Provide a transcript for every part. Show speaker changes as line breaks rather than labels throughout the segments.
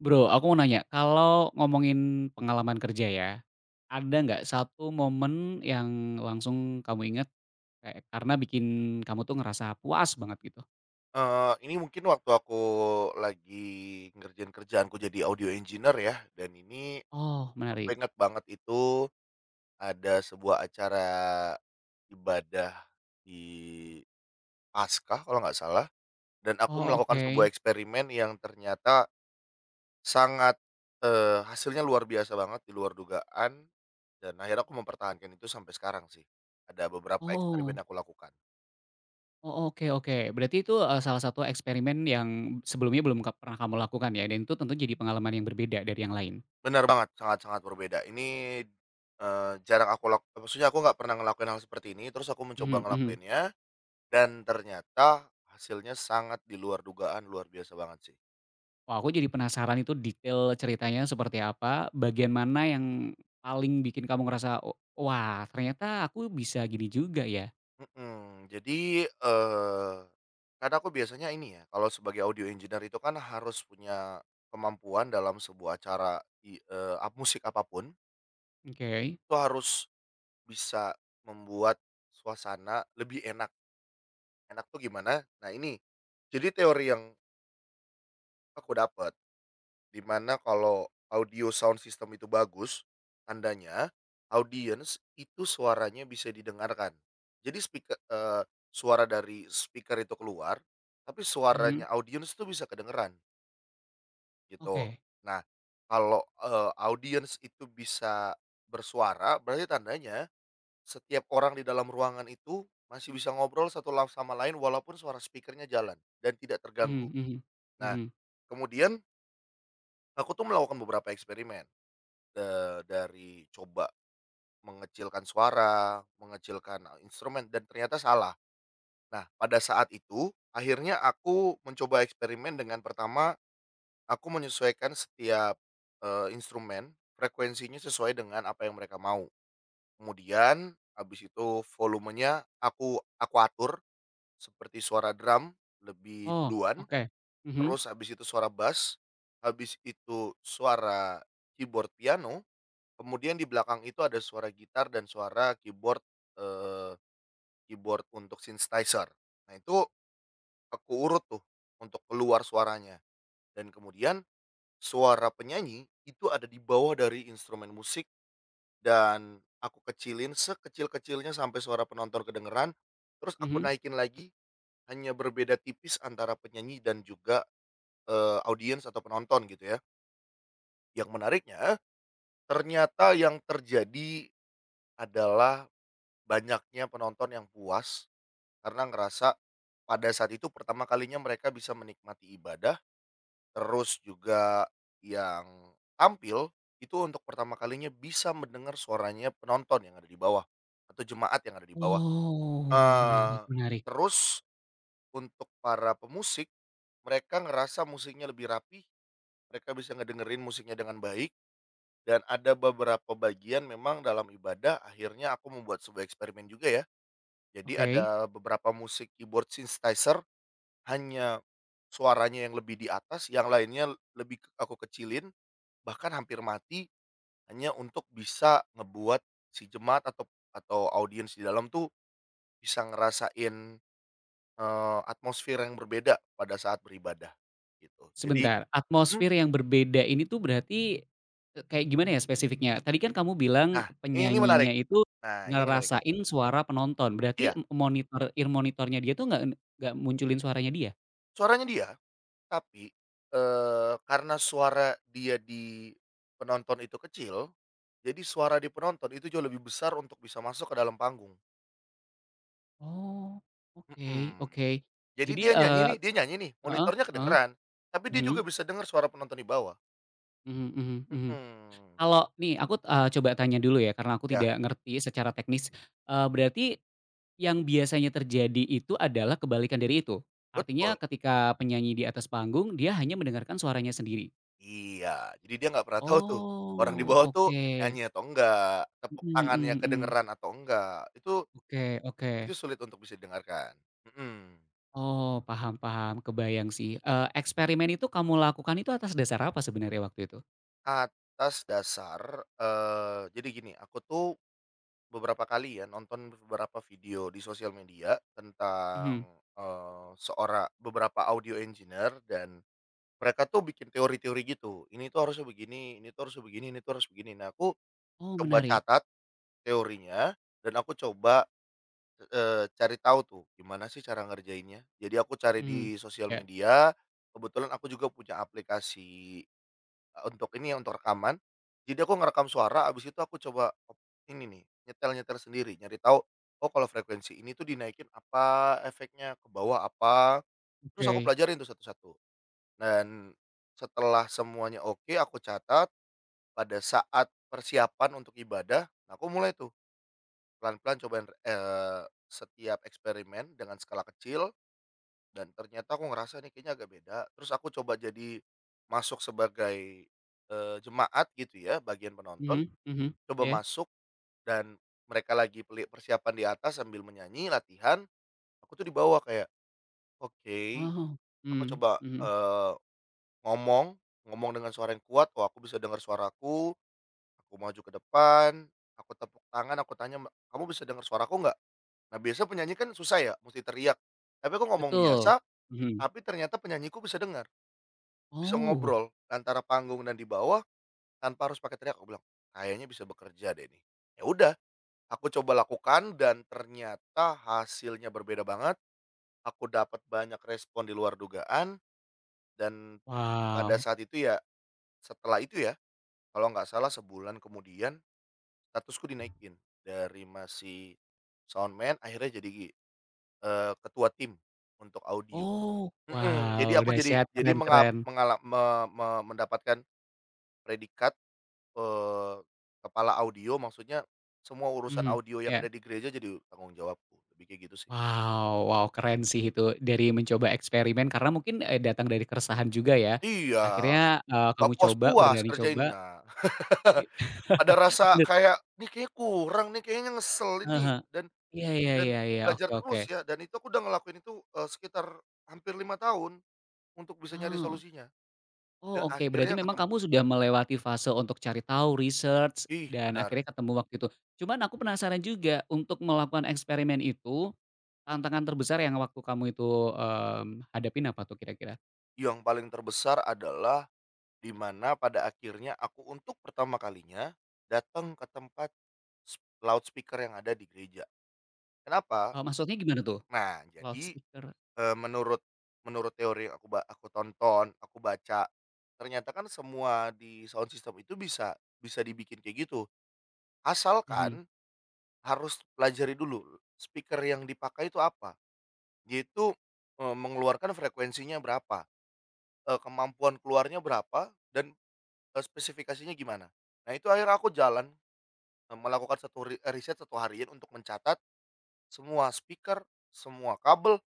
Bro, aku mau nanya, kalau ngomongin pengalaman kerja ya, ada nggak satu momen yang langsung kamu ingat, kayak karena bikin kamu tuh ngerasa puas banget gitu?
Ini mungkin waktu aku lagi ngerjain kerjaanku jadi audio engineer ya, dan ini
Oh,
aku
menarik.
inget banget itu ada sebuah acara ibadah di Paskah kalau nggak salah, dan aku
Oh,
melakukan
oke.
sebuah eksperimen yang ternyata sangat, hasilnya luar biasa banget, di luar dugaan, dan akhirnya aku mempertahankan itu sampai sekarang sih. Ada beberapa eksperimen
Oh.
yang aku lakukan.
Oh, oke, oke. Berarti itu, salah satu eksperimen yang sebelumnya belum pernah kamu lakukan ya, dan itu tentu jadi pengalaman yang berbeda dari yang lain?
Benar banget, sangat-sangat berbeda. Ini, jarang aku lak maksudnya aku nggak pernah ngelakuin hal seperti ini, terus aku mencoba
Mhm, mhm.
ngelakuinnya, dan ternyata hasilnya sangat di luar dugaan, luar biasa banget sih.
Wah, aku jadi penasaran itu detail ceritanya seperti apa, bagian mana yang paling bikin kamu ngerasa, "Wah, ternyata aku bisa gini juga ya."
Mhm, jadi, karena aku biasanya ini ya, kalau sebagai audio engineer itu kan harus punya kemampuan dalam sebuah acara i eee, ap musik apapun,
Oke,
itu harus bisa membuat suasana lebih enak. Enak tuh gimana? Nah ini, jadi teori yang aku dapat dimana kalau audio sound system itu bagus, tandanya audience itu suaranya bisa didengarkan. Jadi speaker, suara dari speaker itu keluar, tapi
mhm,
suaranya audience itu bisa kedengeran, gitu.
oke,
Nah, kalau, audiens itu bisa bersuara, berarti tandanya setiap orang di dalam ruangan itu masih bisa ngobrol satu la sama lain walaupun suara speakernya jalan dan tidak terganggu.
mhm, mhm,
Nah,
mhm.
kemudian aku tuh melakukan beberapa eksperimen. Dari coba mengecilkan suara, mengecilkan, instrumen dan ternyata salah. Nah, pada saat itu akhirnya aku mencoba eksperimen dengan pertama aku menyesuaikan setiap, instrumen frekuensinya sesuai dengan apa yang mereka mau. Kemudian habis itu volumenya aku atur seperti suara drum lebih
Oh,
duluan,
oke, mhm,
terus habis itu suara bass, habis itu suara keyboard piano. Kemudian di belakang itu ada suara gitar dan suara keyboard, eee, keyboard untuk synthesizer. Nah itu aku urut tuh untuk keluar suaranya dan kemudian suara penyanyi itu ada di bawah dari instrumen musik dan aku kecilin sekecil-kecilnya sampai suara penonton kedengeran, terus aku
mhm.
naikin lagi hanya berbeda tipis antara penyanyi dan juga, audiens atau penonton gitu ya. Yang menariknya ternyata yang terjadi adalah banyaknya penonton yang puas karena ngerasa pada saat itu pertama kalinya mereka bisa menikmati ibadah, terus juga yang tampil itu untuk pertama kalinya bisa mendengar suaranya penonton yang ada di bawah atau jemaat yang ada di bawah.
Oh, menarik,
Eee,
menarik,
Terus untuk para pemusik, mereka ngerasa musiknya lebih rapi, mereka bisa ngedengerin musiknya dengan baik dan ada beberapa bagian memang dalam ibadah akhirnya aku membuat sebuah eksperimen juga ya. Jadi
oke.
ada beberapa musik keyboard synthesizer, hanya suaranya yang lebih di atas, yang lainnya lebih ke aku kecilin, bahkan hampir mati, hanya untuk bisa ngebuat si jemaat atau audiens di dalam tuh bisa ngerasain, atmosfer yang berbeda pada saat beribadah, gitu. Jadi
Sebentar,
mhm,
atmosfer yang berbeda ini tuh berarti, kayak gimana ya spesifiknya? Tadi kan kamu bilang
nah, ini menarik,
penyanyinya itu
nah, ini menarik.
ngerasain suara penonton, berarti
Iya,
monitor ear monitor-nya dia tuh nggak munculin suaranya dia?
suaranya dia. Tapi, karena suara dia di penonton itu kecil, jadi suara di penonton itu jauh lebih besar untuk bisa masuk ke dalam panggung.
Oh, oke,
Mhm.
oke.
Jadi
Jadi,
dia nyanyi nih, dia nyanyi nih,
heeh,
monitornya
heeh,
kedengeran, tapi dia
mhm,
juga bisa dengar suara penonton di bawah.
mhm, mhm, mhm.
Mhm.
Kalau nih aku, coba tanya dulu ya karena aku
Ya,
tidak ngerti secara teknis, berarti yang biasanya terjadi itu adalah kebalikan dari itu.
betul.
Artinya ketika penyanyi di atas panggung, dia hanya mendengarkan suaranya sendiri.
Iya, jadi dia nggak pernah tahu tuh, orang di
Oh,
bawah tuh
oke.
nyanyi atau enggak, tepuk
Mhm,
tangannya
mhm, mhm.
kedengeran atau enggak,
Oke, oke.
itu sulit untuk bisa didengarkan. Mhm.
Oh, paham, paham, kebayang sih. Eksperimen itu kamu lakukan itu atas dasar apa sebenarnya waktu itu?
Atas dasar, jadi gini, aku tuh beberapa kali ya nonton beberapa video di sosial media
Mhm.
tentang, eee, seora beberapa audio engineer dan mereka tuh bikin teori-teori gitu, ini tuh harusnya begini, ini tuh harusnya begini, ini tuh harus begini. Nah, aku
Oh,
coba
menarik.
catat teorinya dan aku coba, cari tahu tuh gimana sih cara ngerjainnya. Jadi aku cari
Mhm.
di sosial
Ya,
media, kebetulan aku juga punya aplikasi. Untuk ini ya, untuk rekaman. Jadi aku ngerekam suara, abis itu aku coba op ini nih, nyetel-nyetel sendiri, nyari tahu, oh kalau frekuensi ini tuh dinaikin apa, efeknya ke bawah apa, terus aku
oke.
pelajarin tuh satu-satu. Dan setelah semuanya oke, aku catat, pada saat persiapan untuk ibadah, nah aku mulai tuh pelan-pelan cobain, setiap eksperimen dengan skala kecil dan ternyata aku ngerasa nih kayaknya agak beda, terus aku coba jadi masuk sebagai, jemaat gitu ya, bagian penonton,
Mhm, mhm.
coba
Iya.
masuk dan mereka lagi persiapan di atas sambil menyanyi, latihan, aku tuh di bawah kayak, "Oke,"
Oh.
aku
Mhm,
coba,
mhm.
eee, ngomong ngomong dengan suara yang kuat, oh aku bisa dengar suaraku, aku maju ke depan, aku tepuk tangan, aku tanya, "Kamu bisa dengar suaraku nggak?" Nah biasa penyanyi kan susah ya, mesti teriak, tapi aku ngomong
Betul.
biasa,
Mhm.
tapi ternyata penyanyiku bisa dengar. Bisa
Oh,
ngobrol antara panggung dan di bawah tanpa harus pakai teriak, aku bilang, "Kayaknya bisa bekerja deh nih." Ya udah, aku coba lakukan dan ternyata hasilnya berbeda banget, aku dapat banyak respon di luar dugaan dan pada
wow.
saat itu ya, setelah itu ya, kalau nggak salah sebulan kemudian statusku dinaikin dari masih soundman akhirnya jadi, ketua tim untuk audio.
Oh,
Mhm, jadi
wow,
aku
dahsyat,
jadi
keren,
menga
keren.
mengala me me mendapatkan predikat Eee, kepala audio, maksudnya semua urusan Mhm.
Mhm,
audio yang
iya.
ada di gereja jadi tanggung jawabku, lebih kayak gitu sih.
Wow, wow, keren sih itu, dari mencoba eksperimen karena mungkin, datang dari keresahan juga ya.
Iya,
Akhirnya,
nggak
kamu coba,
puas-puas
berani coba.
kerjainnya.
i
Ada rasa
Bener,
kayak, "Nih kayaknya kurang nih, kayaknya ngeselin nih,"
heeh,
dan
iya, iya,
dan
iya, iya, oke,
belajar
oke.
terus ya, dan itu aku udah ngelakuin itu, sekitar hampir 5 tahun untuk bisa nyari
Oh,
solusinya dan
oh, oke, berarti
akhirnya
memang
ketemu.
kamu sudah melewati fase untuk cari tahu, research,
Ih,
dan
benar.
akhirnya ketemu waktu itu. Cuman aku penasaran juga, untuk melakukan eksperimen itu, tantangan terbesar yang waktu kamu itu, hadapin apa tuh kira-kira?
Yang paling terbesar adalah di mana pada akhirnya aku untuk pertama kalinya datang ke tempat Loudspeaker yang ada di gereja. Kenapa?
Maksudnya gimana tuh?
Nah, jadi,
Loudspeaker?
eee, menurut menurut teori yang aku tonton, aku baca, ternyata kan semua di sound system itu bisa bisa dibikin kayak gitu,
Mhm,
asalkan harus pelajari dulu speaker yang dipakai itu apa, dia itu, mengeluarkan frekuensinya berapa, kemampuan keluarnya berapa, dan, spesifikasinya gimana. Nah, itu akhirnya aku jalan, melakukan satu riset satu harian untuk mencatat semua speaker, semua kabel,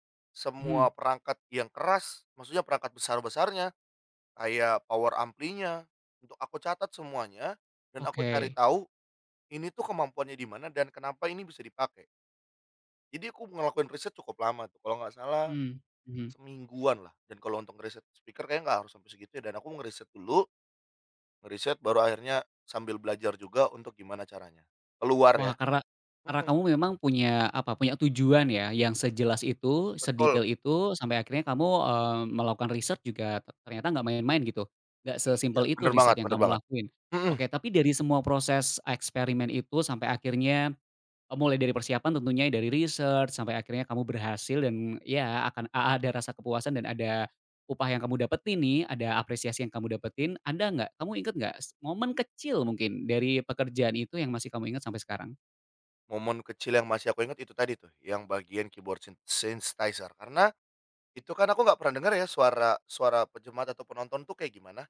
mhm,
semua perangkat yang keras, maksudnya perangkat besar-besarnya, kayak power amplinya, untuk aku catat semuanya, dan aku cari
oke,
tahu, ini tuh kemampuannya di mana dan kenapa ini bisa dipakai. Jadi aku ngelakuin riset cukup lama tuh, kalau nggak salah
mmm, mhm.
semingguan lah, dan kalau untuk ngeriset speaker kayaknya nggak harus sampai segitu ya, dan aku ngeriset dulu, ngeriset baru akhirnya sambil belajar juga untuk gimana caranya. Keluar
Wah,
ya,
karena
mhm,
kamu memang punya apa, punya tujuan ya yang sejelas itu,
betul,
sedetail itu, sampai akhirnya kamu, melakukan riset juga ternyata nggak main-main gitu, nggak
iya,
sesimpel itu
bener
riset
banget,
yang
bener
kamu
banget,
lakuin.
mhm.
Oke, tapi dari semua proses eksperimen itu sampai akhirnya eh, mulai dari persiapan tentunya, ya, dari research, sampai akhirnya kamu berhasil dan ya akan a ada rasa kepuasan dan ada upah yang kamu dapetin nih, ada apresiasi yang kamu dapetin, ada nggak? Kamu inget nggak momen kecil mungkin dari pekerjaan itu yang masih kamu ingat sampai sekarang?
Momen kecil yang masih aku ingat itu tadi tuh, yang bagian keyboard syn synthesizer, karena itu kan aku nggak pernah dengar ya suara suara pencemat atau penonton tuh kayak gimana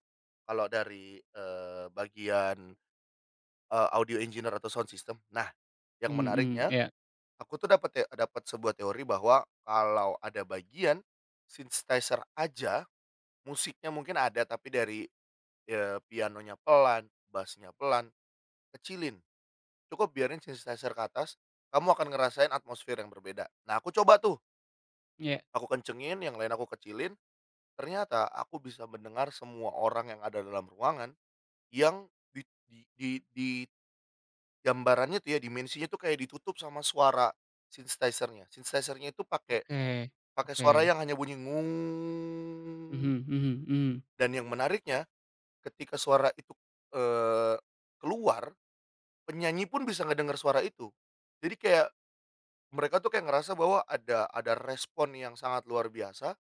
kalau dari bagian, audio engineer atau sound system. Nah, yang
Mhm,
menariknya
ya,
aku tuh dapat sebuah teori bahwa kalau ada bagian synthesizer aja, musiknya mungkin ada tapi dari, pianonya pelan, bassnya pelan, kecilin. Cukup biarin sensitizer ke atas, kamu akan ngerasain atmosfer yang berbeda. Nah, aku coba tuh,
iya.
aku kencengin, yang lain aku kecilin, ternyata aku bisa mendengar semua orang yang ada dalam ruangan yang di di gambarannya tuh ya, dimensinya tuh kayak ditutup sama suara synthesizer-nya. Synthesizer-nya itu pakai
Oke,
pakai
oke.
suara yang hanya bunyi ngung,
Mhm, mhm, mhm.
dan yang menariknya ketika suara itu, eee, keluar, penyanyi pun bisa ngedengar suara itu. Jadi kayak mereka tuh kayak ngerasa bahwa ada respon yang sangat luar biasa,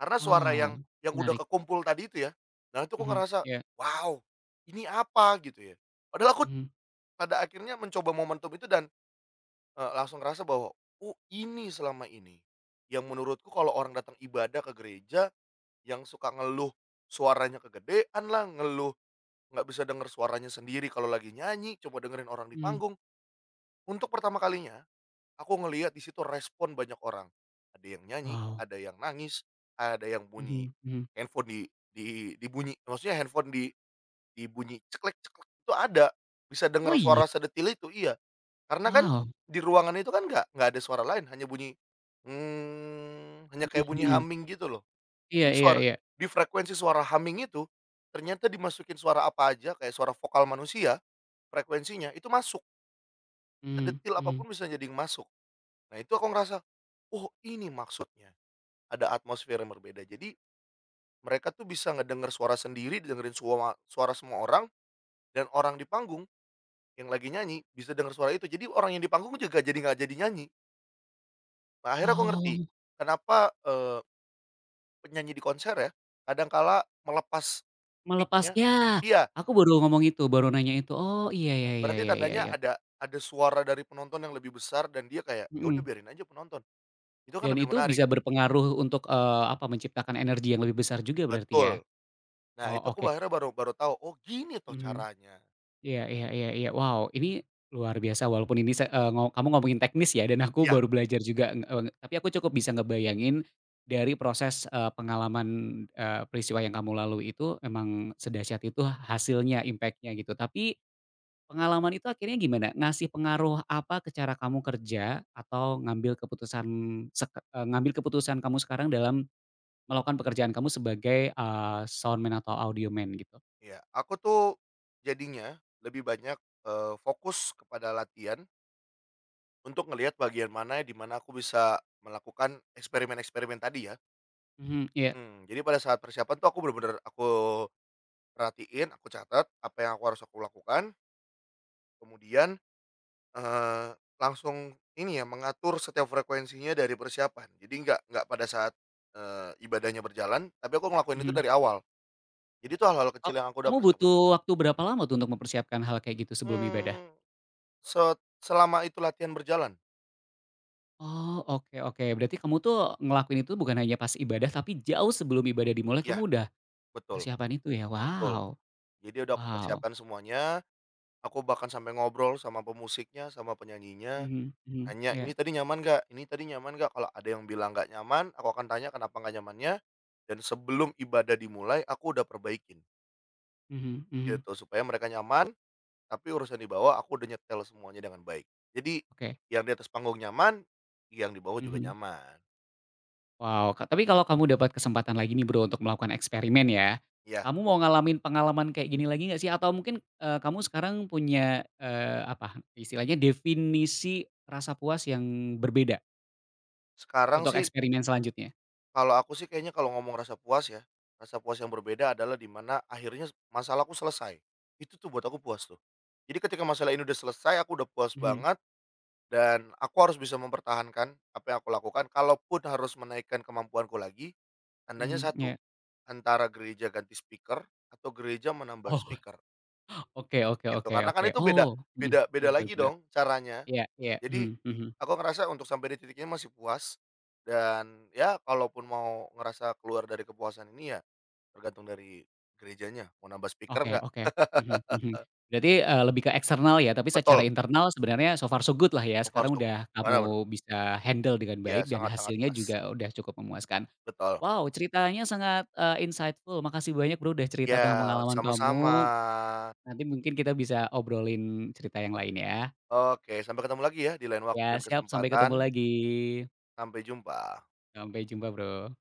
karena suara
Oh,
yang udah
menarik.
kekumpul tadi itu ya. Dan itu aku
Mhm,
ngerasa,
iya.
"Wow, ini apa?" Gitu ya. Padahal aku
Mhm,
pada akhirnya mencoba momentum itu dan, langsung ngerasa bahwa, "Oh ini selama ini." Yang menurutku kalau orang datang ibadah ke gereja, yang suka ngeluh suaranya kegedean lah, ngeluh nggak bisa denger suaranya sendiri kalau lagi nyanyi, coba dengerin orang di
mhm.
panggung. Untuk pertama kalinya aku ngelihat di situ respon banyak orang. Ada yang nyanyi,
Wow.
ada yang nangis, ada yang bunyi
Mhm, mhm.
handphone di dibunyi maksudnya handphone dibunyi ceklek ceklek itu ada. Bisa
Oh,
dengar
iya?
suara sedetil itu, iya. Karena kan
Wow.
di ruangan itu kan nggak ada suara lain, hanya bunyi, hanya kayak
Mhm,
bunyi
mhm.
humming gitu loh.
Iya,
Ini
iya,
suara
iya.
di frekuensi suara humming itu, ternyata dimasukin suara apa aja kayak suara vokal manusia, frekuensinya itu masuk,
Mhm,
sedetil
mhm.
apapun bisa jadi masuk. Nah itu aku ngerasa oh ini maksudnya, ada atmosfer yang berbeda. Jadi mereka tuh bisa ngedenger suara sendiri, dengerin suara semua orang, dan orang di panggung yang lagi nyanyi bisa denger suara itu. Jadi orang yang di panggung juga jadi nggak jadi nyanyi. Nah, akhirnya aku ngerti
Oh.
kenapa, penyanyi di konser ya kadangkala melepas
Melepas
mic-nya,
ya,
iya,
aku baru ngomong itu, baru nanya itu. Oh, iya, iya, iya,
berarti
iya, iya,
tandanya
ya.
ada suara dari penonton yang lebih besar dan dia kayak, "Ya udah
Mhm.
biarin aja penonton." Itu kan
Dan
lebih
itu
menarik.
bisa berpengaruh untuk, apa, menciptakan energi yang lebih besar juga berarti
Betul.
ya?
Nah itu
Oh,
aku
oke.
akhirnya baru baru tahu, oh gini toh
Mhm.
caranya.
Iya, iya, iya, iya. Wow, ini luar biasa walaupun ini se eee, ngo kamu ngomongin teknis ya dan aku
Iya.
baru belajar juga, tapi aku cukup bisa ngebayangin dari proses, pengalaman, peristiwa yang kamu lalui itu memang sedahsyat itu hasilnya, impact-nya gitu. Tapi pengalaman itu akhirnya gimana? Ngasih pengaruh apa ke cara kamu kerja atau ngambil keputusan kamu sekarang dalam melakukan pekerjaan kamu sebagai, soundman atau audioman gitu?
Iya, aku tuh jadinya lebih banyak, fokus kepada latihan untuk ngelihat bagian mana di mana aku bisa melakukan eksperimen-eksperimen tadi ya.
Mhm, iya,
Mhm, jadi pada saat persiapan tuh aku bener-bener aku perhatiin, aku catat apa yang aku harus lakukan, kemudian, eee, langsung ini ya mengatur setiap frekuensinya dari persiapan. Jadi nggak pada saat, ibadahnya berjalan, tapi aku ngelakuin itu
mhm.
dari awal. Jadi itu hal-hal
Oh,
kecil yang aku udah
kamu
persiapkan.
butuh waktu berapa lama tuh untuk mempersiapkan hal kayak gitu sebelum ibadah?
Mmm, set Selama itu latihan berjalan.
Oh, oke, oke. Berarti kamu tuh ngelakuin itu bukan hanya pas ibadah, tapi jauh sebelum ibadah dimulai
Iya,
kamu udah
betul
persiapan itu ya?
betul.
Wow,
Jadi udah aku
wow.
persiapkan semuanya, aku bahkan sampai ngobrol sama pemusiknya, sama penyanyinya,
Mhm, mhm.
tanya,
Iya.
"Ini tadi nyaman nggak? Ini tadi nyaman nggak?" Kalau ada yang bilang nggak nyaman, aku akan tanya kenapa nggak nyamannya, dan sebelum ibadah dimulai, aku udah perbaikin,
Mhm, mhm.
gitu. Supaya mereka nyaman, tapi urusan di bawah aku udah nyetel semuanya dengan baik. Jadi,
Oke.
yang di atas panggung nyaman, yang di bawah juga
Mhm.
nyaman.
Wow, tapi kalau kamu dapat kesempatan lagi nih, Bro, untuk melakukan eksperimen ya,
Ya,
kamu mau ngalamin pengalaman kayak gini lagi nggak sih? Atau mungkin, kamu sekarang punya, apa, istilahnya definisi rasa puas yang berbeda
sekarang
untuk
sih.
eksperimen selanjutnya?
Kalau aku sih kayaknya kalau ngomong rasa puas ya, rasa puas yang berbeda adalah di mana akhirnya masalahku selesai. Itu tuh buat aku puas tuh. Jadi ketika masalah ini udah selesai, aku udah puas
Mhm,
banget dan aku harus bisa mempertahankan apa yang aku lakukan. Kalaupun harus menaikkan kemampuanku lagi, tandanya
mhm, iya.
satu, antara gereja ganti speaker atau gereja menambah
Oh,
speaker
oke, oke,
gitu.
oke,
Karena kan
oke.
itu beda,
Oh, mhm,
beda
betul,
lagi
bener.
dong caranya.
Iya, iya,
Jadi
mhm, mhm.
aku ngerasa untuk sampai di titiknya masih puas dan ya kalaupun mau ngerasa keluar dari kepuasan ini ya tergantung dari gerejanya, mau nambah speaker
Oke,
nggak?
oke. Mhm, mhm. Berarti, lebih ke eksternal ya, tapi secara
Betul,
internal sebenarnya so far so good lah ya,
cover
sekarang
sobut.
udah
Benar benar,
kamu bisa handle dengan
iya
baik dan
sangat-sangat
hasilnya
puas,
juga udah cukup memuaskan.
betul.
Wow, ceritanya sangat, insightful. Makasih banyak Bro, udah cerita tentang
Ya,
pengalaman
sama-sama.
kamu, nanti mungkin kita bisa obrolin cerita yang lain ya.
Oke, sampai ketemu lagi ya di lain waktu
Ya
dan
siap, sampai
kesempatan,
ketemu lagi.
sampai jumpa.
Sampai jumpa Bro.